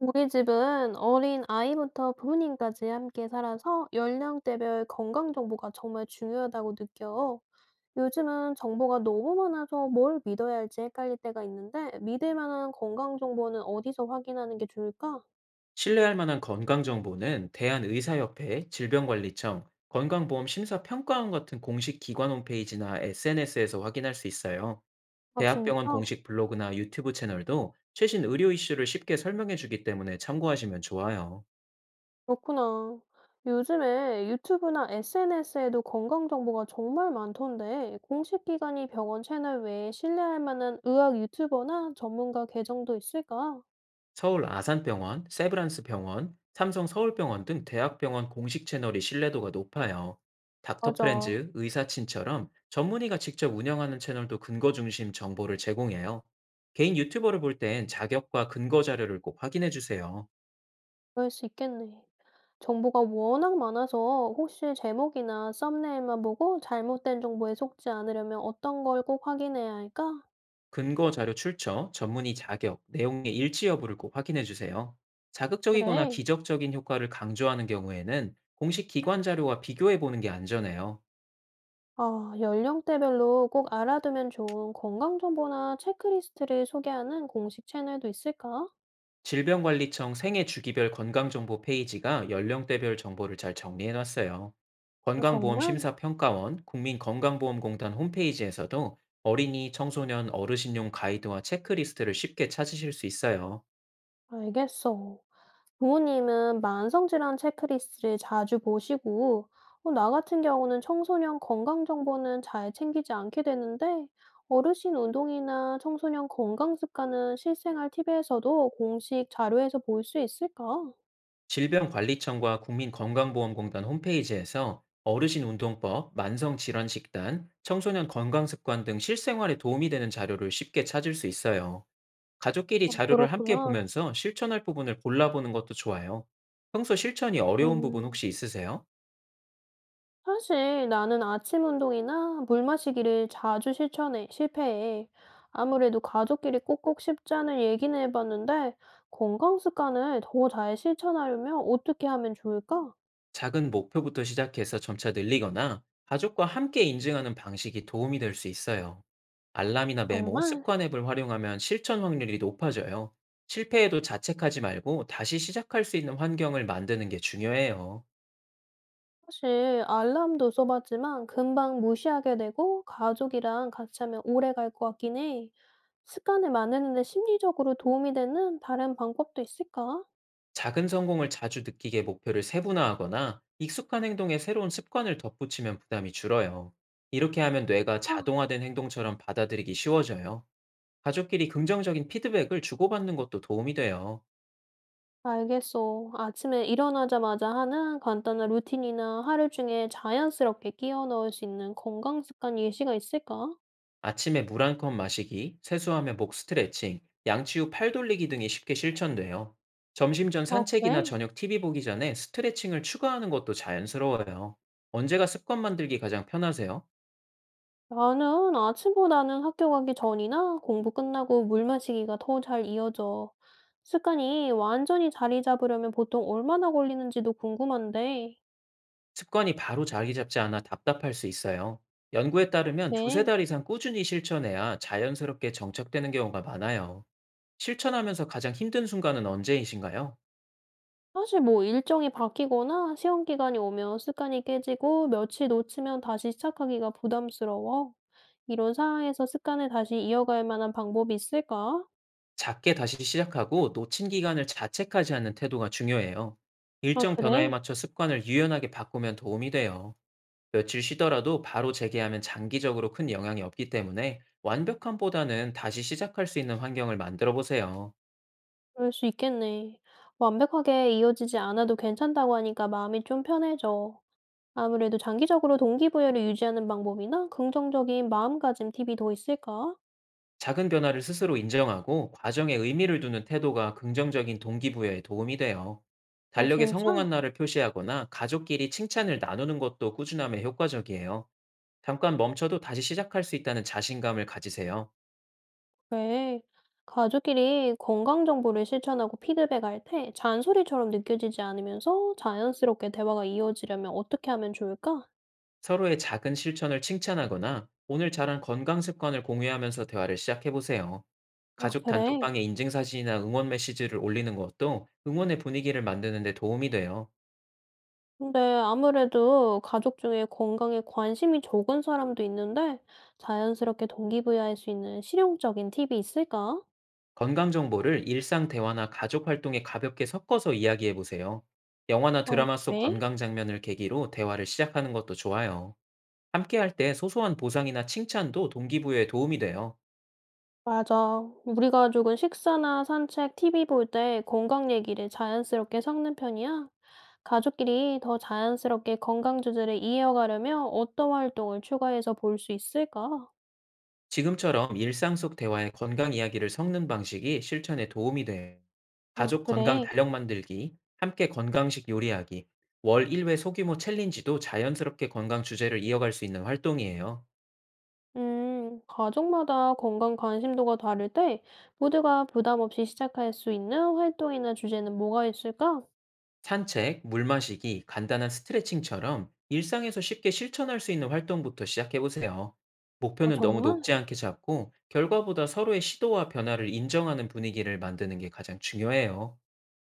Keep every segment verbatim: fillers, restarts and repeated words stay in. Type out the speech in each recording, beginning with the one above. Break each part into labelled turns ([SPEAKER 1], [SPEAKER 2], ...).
[SPEAKER 1] 우리 집은 어린 아이부터 부모님까지 함께 살아서 연령대별 건강 정보가 정말 중요하다고 느껴요. 요즘은 정보가 너무 많아서 뭘 믿어야 할지 헷갈릴 때가 있는데 믿을 만한 건강 정보는 어디서 확인하는 게 좋을까?
[SPEAKER 2] 신뢰할 만한 건강 정보는 대한의사협회, 질병관리청, 건강보험심사평가원 같은 공식 기관 홈페이지나 에스엔에스에서 확인할 수 있어요.
[SPEAKER 1] 아,
[SPEAKER 2] 대학병원
[SPEAKER 1] 진짜?
[SPEAKER 2] 공식 블로그나 유튜브 채널도 최신 의료 이슈를 쉽게 설명해 주기 때문에 참고하시면 좋아요.
[SPEAKER 1] 그렇구나. 요즘에 유튜브나 에스엔에스에도 건강 정보가 정말 많던데 공식 기관이 병원 채널 외에 신뢰할 만한 의학 유튜버나 전문가 계정도 있을까?
[SPEAKER 2] 서울 아산병원, 세브란스 병원, 삼성 서울병원 등 대학병원 공식 채널이 신뢰도가 높아요. 닥터
[SPEAKER 1] 맞아.
[SPEAKER 2] 프렌즈, 의사친처럼 전문의가 직접 운영하는 채널도 근거 중심 정보를 제공해요. 개인 유튜버를 볼 땐 자격과 근거 자료를 꼭 확인해 주세요.
[SPEAKER 1] 그럴 수 있겠네. 정보가 워낙 많아서 혹시 제목이나 썸네일만 보고 잘못된 정보에 속지 않으려면 어떤 걸 꼭 확인해야 할까?
[SPEAKER 2] 근거 자료 출처, 전문의 자격, 내용의 일치 여부를 꼭 확인해 주세요. 자극적이거나
[SPEAKER 1] 그래.
[SPEAKER 2] 기적적인 효과를 강조하는 경우에는 공식 기관 자료와 비교해 보는 게 안전해요.
[SPEAKER 1] 아, 연령대별로 꼭 알아두면 좋은 건강 정보나 체크리스트를 소개하는 공식 채널도 있을까?
[SPEAKER 2] 질병관리청 생애 주기별 건강정보 페이지가 연령대별 정보를 잘 정리해놨어요.
[SPEAKER 1] 아, 정말?
[SPEAKER 2] 건강보험심사평가원, 국민건강보험공단 홈페이지에서도 어린이, 청소년, 어르신용 가이드와 체크리스트를 쉽게 찾으실 수 있어요.
[SPEAKER 1] 알겠어. 부모님은 만성질환 체크리스트를 자주 보시고, 어, 나 같은 경우는 청소년 건강 정보는 잘 챙기지 않게 되는데, 어르신 운동이나 청소년 건강 습관은 실생활 팁에서도 공식 자료에서 볼 수 있을까?
[SPEAKER 2] 질병관리청과 국민건강보험공단 홈페이지에서 어르신 운동법, 만성질환식단, 청소년 건강습관 등 실생활에 도움이 되는 자료를 쉽게 찾을 수 있어요. 가족끼리
[SPEAKER 1] 아,
[SPEAKER 2] 자료를 함께
[SPEAKER 1] 그렇구나.
[SPEAKER 2] 보면서 실천할 부분을 골라보는 것도 좋아요. 평소 실천이 어려운 부분
[SPEAKER 1] 음.
[SPEAKER 2] 혹시 있으세요?
[SPEAKER 1] 사실 나는 아침 운동이나 물 마시기를 자주 실천해, 실패해. 아무래도 가족끼리 꼭꼭 쉽지 않은 얘기는 해봤는데, 건강 습관을 더 잘 실천하려면 어떻게 하면 좋을까?
[SPEAKER 2] 작은 목표부터 시작해서 점차 늘리거나 가족과 함께 인증하는 방식이 도움이 될 수 있어요. 알람이나 메모,
[SPEAKER 1] 정말,
[SPEAKER 2] 습관 앱을 활용하면 실천 확률이 높아져요. 실패해도 자책하지 말고 다시 시작할 수 있는 환경을 만드는 게 중요해요.
[SPEAKER 1] 사실 알람도 써봤지만 금방 무시하게 되고, 가족이랑 같이 하면 오래 갈 것 같긴 해. 습관을 만드는데 심리적으로 도움이 되는 다른 방법도 있을까?
[SPEAKER 2] 작은 성공을 자주 느끼게 목표를 세분화하거나 익숙한 행동에 새로운 습관을 덧붙이면 부담이 줄어요. 이렇게 하면 뇌가
[SPEAKER 1] 아,
[SPEAKER 2] 자동화된 행동처럼 받아들이기 쉬워져요. 가족끼리 긍정적인 피드백을 주고받는 것도 도움이 돼요.
[SPEAKER 1] 알겠어. 아침에 일어나자마자 하는 간단한 루틴이나 하루 중에 자연스럽게 끼워 넣을 수 있는 건강 습관 예시가 있을까?
[SPEAKER 2] 아침에 물 한 컵 마시기, 세수하며 목 스트레칭, 양치 후 팔 돌리기 등이 쉽게 실천돼요. 점심 전
[SPEAKER 1] 아,
[SPEAKER 2] 산책이나
[SPEAKER 1] 그래?
[SPEAKER 2] 저녁 티비 보기 전에 스트레칭을 추가하는 것도 자연스러워요. 언제가 습관 만들기 가장 편하세요?
[SPEAKER 1] 나는 아침보다는 학교 가기 전이나 공부 끝나고 물 마시기가 더 잘 이어져. 습관이 완전히 자리 잡으려면 보통 얼마나 걸리는지도 궁금한데.
[SPEAKER 2] 습관이 바로 자리 잡지 않아 답답할 수 있어요. 연구에 따르면 두세
[SPEAKER 1] 네.
[SPEAKER 2] 달 이상 꾸준히 실천해야 자연스럽게 정착되는 경우가 많아요. 실천하면서 가장 힘든 순간은 언제이신가요?
[SPEAKER 1] 사실 뭐 일정이 바뀌거나 시험 기간이 오면 습관이 깨지고 며칠 놓치면 다시 시작하기가 부담스러워. 이런 상황에서 습관을 다시 이어갈 만한 방법이 있을까?
[SPEAKER 2] 작게 다시 시작하고 놓친 기간을 자책하지 않는 태도가 중요해요.
[SPEAKER 1] 아,
[SPEAKER 2] 일정 변화에
[SPEAKER 1] 그래?
[SPEAKER 2] 맞춰 습관을 유연하게 바꾸면 도움이 돼요. 며칠 쉬더라도 바로 재개하면 장기적으로 큰 영향이 없기 때문에 완벽함보다는 다시 시작할 수 있는 환경을 만들어 보세요.
[SPEAKER 1] 그럴 수 있겠네. 완벽하게 이어지지 않아도 괜찮다고 하니까 마음이 좀 편해져. 아무래도 장기적으로 동기부여를 유지하는 방법이나 긍정적인 마음가짐 팁이 더 있을까?
[SPEAKER 2] 작은 변화를 스스로 인정하고 과정에 의미를 두는 태도가 긍정적인 동기부여에 도움이 돼요.
[SPEAKER 1] 아,
[SPEAKER 2] 달력에
[SPEAKER 1] 진짜?
[SPEAKER 2] 성공한 날을 표시하거나 가족끼리 칭찬을 나누는 것도 꾸준함에 효과적이에요. 잠깐 멈춰도 다시 시작할 수 있다는 자신감을 가지세요.
[SPEAKER 1] 왜? 가족끼리 건강 정보를 실천하고 피드백할 때 잔소리처럼 느껴지지 않으면서 자연스럽게 대화가 이어지려면 어떻게 하면 좋을까?
[SPEAKER 2] 서로의 작은 실천을 칭찬하거나 오늘 잘한 건강 습관을 공유하면서 대화를 시작해보세요.
[SPEAKER 1] 아,
[SPEAKER 2] 가족
[SPEAKER 1] 그래.
[SPEAKER 2] 단톡방에 인증사진이나 응원 메시지를 올리는 것도 응원의 분위기를 만드는 데 도움이 돼요.
[SPEAKER 1] 근데 아무래도 가족 중에 건강에 관심이 적은 사람도 있는데 자연스럽게 동기부여할 수 있는 실용적인 팁이 있을까?
[SPEAKER 2] 건강 정보를 일상 대화나 가족 활동에 가볍게 섞어서 이야기해 보세요. 영화나
[SPEAKER 1] 아,
[SPEAKER 2] 드라마 속
[SPEAKER 1] 그래?
[SPEAKER 2] 건강 장면을 계기로 대화를 시작하는 것도 좋아요. 함께 할 때 소소한 보상이나 칭찬도 동기부여에 도움이 돼요.
[SPEAKER 1] 맞아. 우리 가족은 식사나 산책, 티비 볼 때 건강 얘기를 자연스럽게 섞는 편이야. 가족끼리 더 자연스럽게 건강 주제를 이어가려면 어떤 활동을 추가해서 볼 수 있을까?
[SPEAKER 2] 지금처럼 일상 속 대화에 건강 이야기를 섞는 방식이 실천에 도움이 돼요.
[SPEAKER 1] 아,
[SPEAKER 2] 가족 건강
[SPEAKER 1] 그래.
[SPEAKER 2] 달력 만들기, 함께 건강식 요리하기, 월 일 회 소규모 챌린지도 자연스럽게 건강 주제를 이어갈 수 있는 활동이에요.
[SPEAKER 1] 음, 가족마다 건강 관심도가 다를 때 모두가 부담 없이 시작할 수 있는 활동이나 주제는 뭐가 있을까?
[SPEAKER 2] 산책, 물 마시기, 간단한 스트레칭처럼 일상에서 쉽게 실천할 수 있는 활동부터 시작해보세요.
[SPEAKER 1] 어,
[SPEAKER 2] 목표는 너무
[SPEAKER 1] 정말?
[SPEAKER 2] 높지 않게 잡고 결과보다 서로의 시도와 변화를 인정하는 분위기를 만드는 게 가장 중요해요.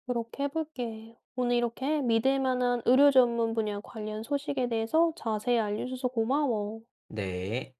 [SPEAKER 1] 그렇게 해볼게. 오늘 이렇게 믿을 만한 의료 전문 분야 관련 소식에 대해서 자세히 알려줘서 고마워.
[SPEAKER 2] 네.